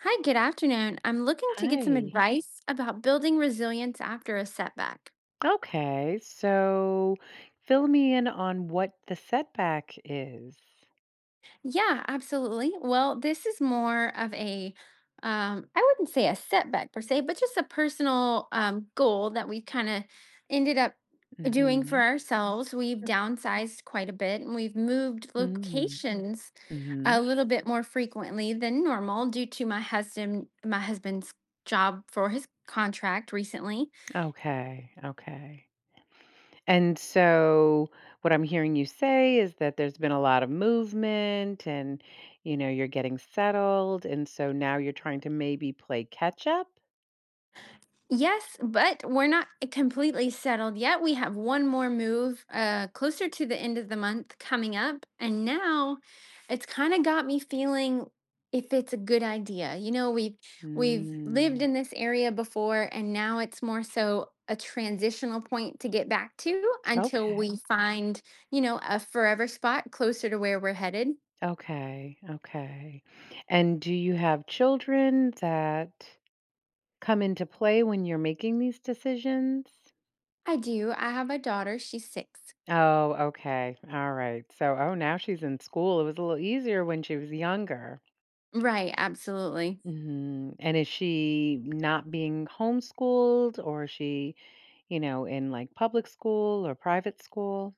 Hi, good afternoon. I'm looking to get some Hi. advice about building resilience after a setback. Okay, so fill me in on what the setback is. Yeah, absolutely. Well, this is more of a, I wouldn't say a setback per se, but just a personal goal that we've kind of ended up doing for Mhm. ourselves. We've downsized quite a bit and we've moved Mm. locations a Mhm. little bit more frequently than normal due to my husband's job for his contract recently. Okay, okay. And so what I'm hearing you say is that there's been a lot of movement and you know, you're getting settled and so now you're trying to maybe play catch up? Yes, but we're not completely settled yet. We have one more move closer to the end of the month coming up. And now it's kind of got me feeling if it's a good idea. We've lived Mm. in this area before, and now it's more so a transitional point to get back to until Okay. we find, you know, a forever spot closer to where we're headed. Okay. Okay. And do you have children that come into play when you're making these decisions? I do. I have a daughter, she's 6. Oh, okay. All right. So, oh, now she's in school. It was a little easier when she was younger. Right, absolutely. Mhm. And is she not being homeschooled or is she, you know, in like public school or private school?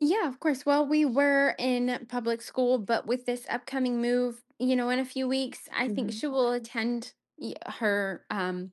Yeah, of course. Well, we were in public school, but with this upcoming move, you know, in a few weeks, I think Mhm. she will attend her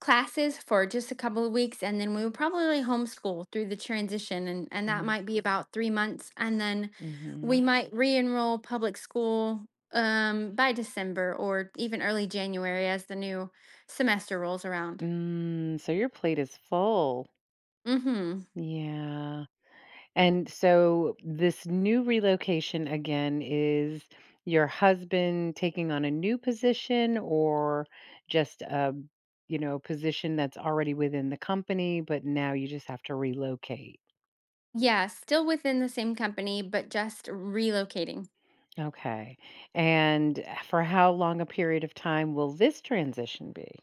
classes for just a couple of weeks, and then we will probably homeschool through the transition, and that Mhm. might be about 3 months, and then we Mhm. might re-enroll public school by December or even early January as the new semester rolls around. Mm, so your plate is full. Mm-hmm. Yeah. And so this new relocation again is your husband taking on a new position or just a, you know, position that's already within the company but now you just have to relocate? Yeah, still within the same company, but just relocating. Okay. And for how long a period of time will this transition be?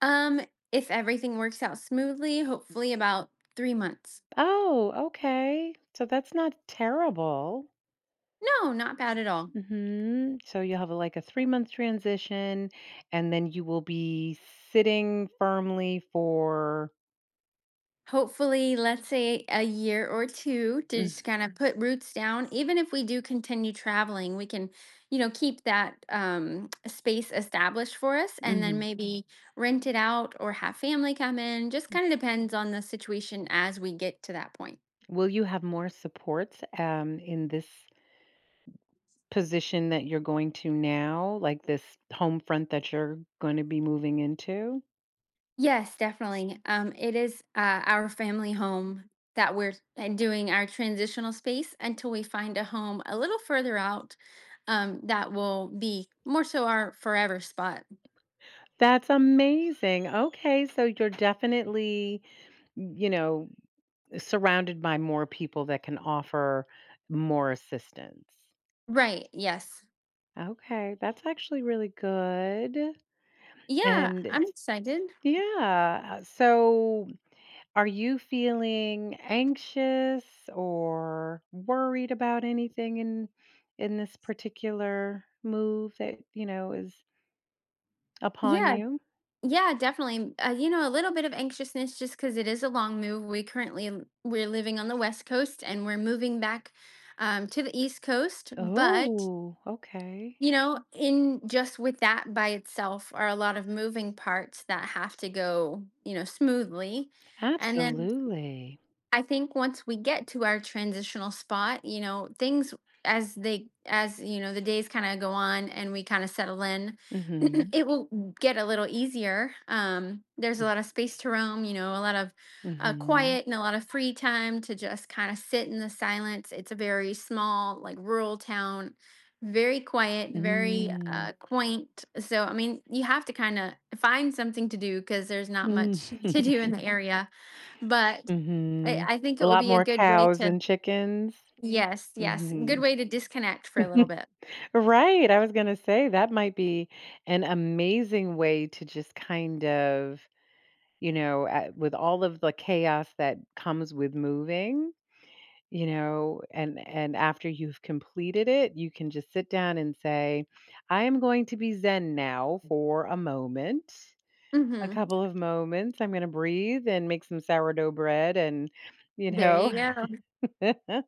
Um, if everything works out smoothly, hopefully about 3 months. Oh, okay. So that's not terrible. No, not bad at all. Hmm. So you'll have a, like a 3-month transition, and then you will be sitting firmly for. Hopefully, let's say a year or 2 to Mm. just kinda put roots down. Even if we do continue traveling, we can, you know, keep that, space established for us, and then Mm-hmm. maybe rent it out or have family come in, just kinda depends on the situation as we get to that point. Will you have more supports in this position that you're going to now, like this home front that you're going to be moving into? Yes, definitely. It is our family home that we're doing our transitional space until we find a home a little further out that will be more so our forever spot. That's amazing. Okay, so you're definitely, you know, surrounded by more people that can offer more assistance. Right. Yes. Okay, that's actually really good. Yeah, And I'm it's, excited. yeah. So are you feeling anxious or worried about anything in this particular move that, you know, is upon Yeah, you? yeah, definitely. You know, a little bit of anxiousness just because it is a long move. We're living on the West Coast and we're moving back to the East Coast, but Oh, okay. you know, in just with that by itself are a lot of moving parts that have to go, you know, smoothly. And then Absolutely. I think once we get to our transitional spot, you know, things as you know the days kind of go on and we kind of settle in, Mhm. it will get a little easier. There's a lot of space to roam, you know, a lot of Mhm. quiet and a lot of free time to just kind of sit in the silence. It's a very small, like rural town, very quiet, very Mm. Quaint. So I mean, you have to kind of find something to do because there's not Mm. much to do in the area, but I, Mhm. I think A it will lot be a more good way cows to, and chickens. yes, yes, good Mhm. way to disconnect for a little bit. Right. I was going to say that might be an amazing way to just kind of, you know, with all of the chaos that comes with moving, you know, and after you've completed it, you can just sit down and say, I am going to be zen now for a moment, a Hmm. couple of moments. I'm going to breathe and make some sourdough bread and, you There know, you go.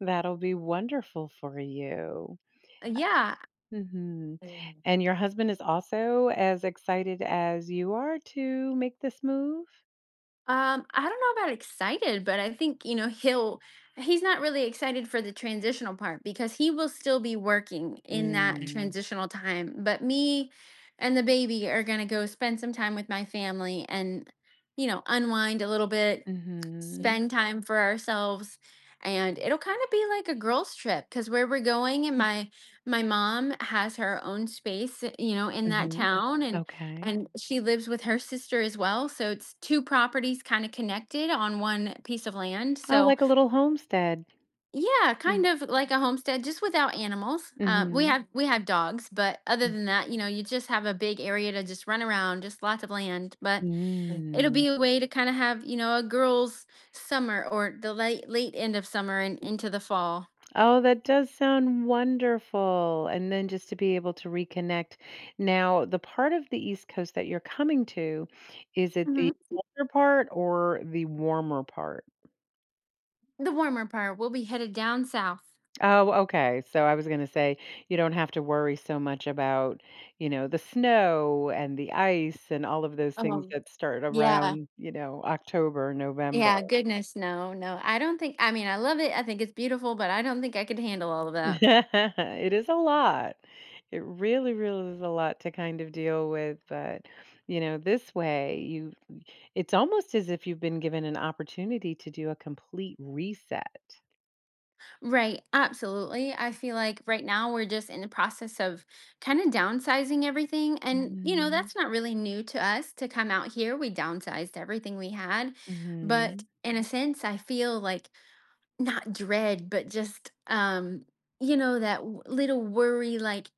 that'll be wonderful for you. Yeah. Hmm. And your husband is also as excited as you are to make this move? I don't know about excited, but I think, you know, he's not really excited for the transitional part because he will still be working in that. Mhm. Mm. Transitional time. But me and the baby are going to go spend some time with my family and, you know, unwind a little bit, Mm-hmm. spend time for ourselves, and it'll kind of be like a girls trip. Because where we're going, and Mm. my mom has her own space, you know, in Hmm. mm that hmm town. and Okay. and she lives with her sister as well, so it's two properties kind of connected on one piece of land. Oh, So like a little homestead. yeah, kind Mm. of like a homestead, just without animals. We Mm-hmm. have dogs but other than that, you know, you just have a big area to just run around, just lots of land. But it'll Mm. be a way to kind of have, you know, a girls' summer, or the late end of summer and into the fall. Oh, that does sound wonderful. And then just to be able to reconnect. Now, the part of the East Coast that you're coming to, is it the Hmm. colder part or the warmer part? The warmer part, we'll be headed down south. Oh, okay. So I was going to say you don't have to worry so much about, you know, the snow and the ice and all of those things Oh, that start yeah, around, you know, October, November. yeah, goodness, no, no. I don't think, I mean, I love it. I think it's beautiful, but I don't think I could handle all of that. It is a lot. It really, really is a lot to kind of deal with, but you know, this way you it's almost as if you've been given an opportunity to do a complete reset. Right, absolutely. I feel like right now we're just in the process of kind of downsizing everything. And, you know, Mhm. that's not really new to us to come out here. We downsized everything we had. But Mhm. in a sense, I feel like not dread, but just you know, that little worry, like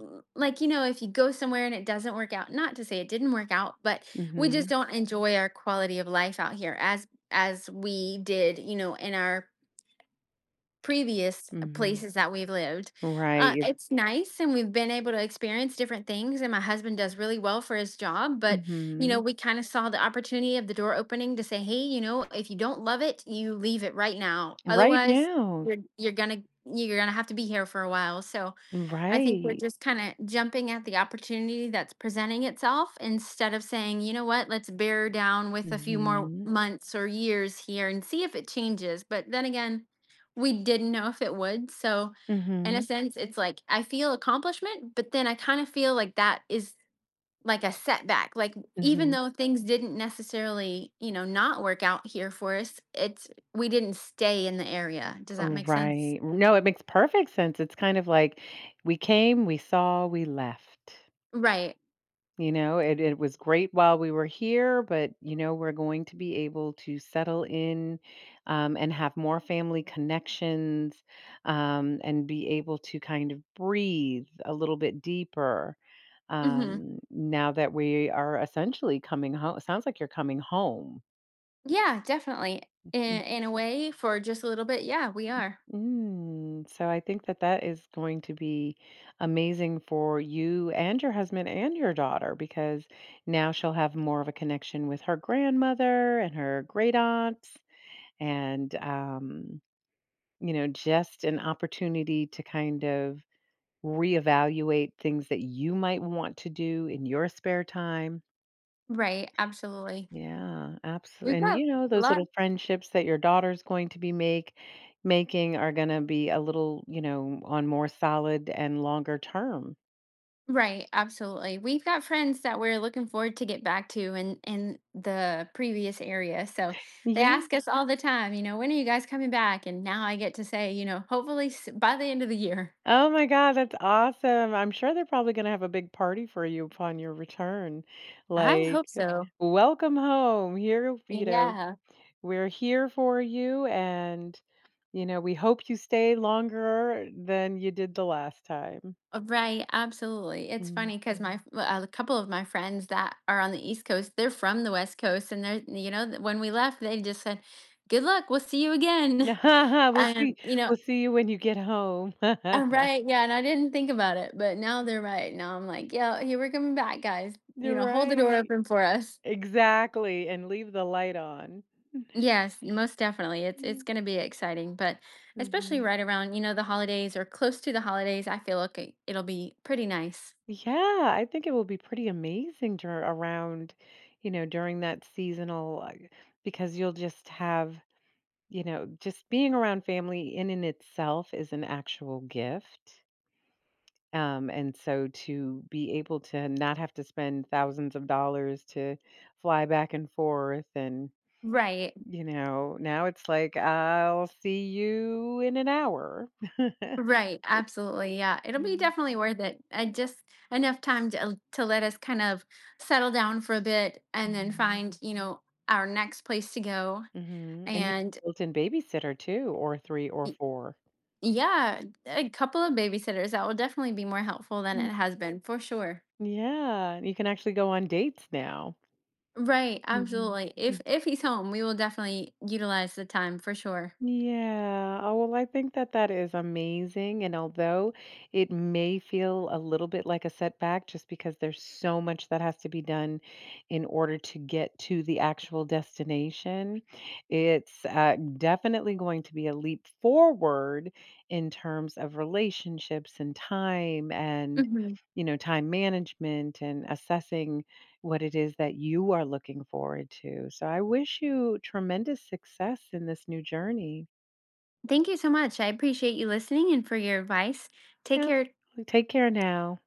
like you know, if you go somewhere and it doesn't work out, not to say it didn't work out, but we just Mhm. don't enjoy our quality of life out here as we did, you know, in our previous Mhm. places that we've lived. Right. It's nice, and we've been able to experience different things. And my husband does really well for his job, but you know, Mhm. we kind of saw the opportunity of the door opening to say, "Hey, you know, if you don't love it, you leave it right now. Right Otherwise, now. you're gonna have to be here for a while." So I think we're Right. just kind of jumping at the opportunity that's presenting itself instead of saying, you know what, let's bear down with a few more Mhm. months or years here and see if it changes. But then again, we didn't know if it would. So, in a Mhm. sense, it's like I feel accomplishment, but then I kind of feel like that is like a setback. Like, even Mhm. though things didn't necessarily, you know, not work out here for us, it's we didn't stay in the area. Does that make sense? Right. No, it makes perfect sense. It's kind of like we came, we saw, we left. Right. You know, it was great while we were here, but you know, we're going to be able to settle in and have more family connections and be able to kind of breathe a little bit deeper Mhm. Now that we are essentially coming home. Sounds like you're coming home. Yeah, definitely. In a way, for just a little bit, yeah, we are. Mm, so I think that that is going to be amazing for you and your husband and your daughter because now she'll have more of a connection with her grandmother and her great aunts and, you know, just an opportunity to kind of reevaluate things that you might want to do in your spare time, Right, absolutely. yeah, absolutely. We've And got you know, a those lot. little friendships that your daughter's going to be make making are going to be a little, you know, on more solid and longer term. Right, absolutely. We've got friends that we're looking forward to get back to in the previous area. So they Yeah. ask us all the time, you know, when are you guys coming back? And now I get to say, you know, hopefully by the end of the year. Oh my God, that's awesome. I'm sure they're probably going to have a big party for you upon your return. I Like, hope so. welcome home. Here, you know, Yeah. we're here for you and you know, we hope you stay longer than you did the last time. Right, absolutely. It's Mm-hmm. funny because my a couple of my friends that are on the East Coast, they're from the West Coast, and they're you know when we left, they just said, "Good luck, we'll see you again," We'll see and you know, we'll see you when you get home. I'm right, yeah, and I didn't think about it, but now they're right. Now I'm like, yeah, here we're coming back, guys. You You're know, hold the door right. open for us. Exactly, and leave the light on. Yes, most definitely. It's Mm. going to be exciting, but especially Mhm. right around you know the holidays or close to the holidays, I feel okay. It'll be pretty nice. Yeah, I think it will be pretty amazing dur around, you know, during that seasonal, because you'll just have, you know, just being around family in and itself is an actual gift. And so to be able to not have to spend thousands of dollars to fly back and forth and, Right. you know, now it's like, "I'll see you in an hour." Right, absolutely. Yeah, it'll be Mhm, definitely worth it. Just enough time to let us kind of settle down for a bit and then mhm. find, you know, our next place to go. Mhm, and you And have a built-in babysitter too, or 3 or y- 4. yeah, a couple of babysitters that will definitely be more helpful than Mm. it has been for sure. Yeah, you can actually go on dates now. Right, Mhm. absolutely. If he's home, we will definitely utilize the time for sure. Yeah. Oh, well, I think that that is amazing. And although it may feel a little bit like a setback just because there's so much that has to be done in order to get to the actual destination, it's definitely going to be a leap forward in terms of relationships and time and, Hmm. you know, time management and assessing what it is that you are looking forward to. So I wish you tremendous success in this new journey. Thank you so much. I appreciate you listening and for your advice. Take Yeah. care. Take care now.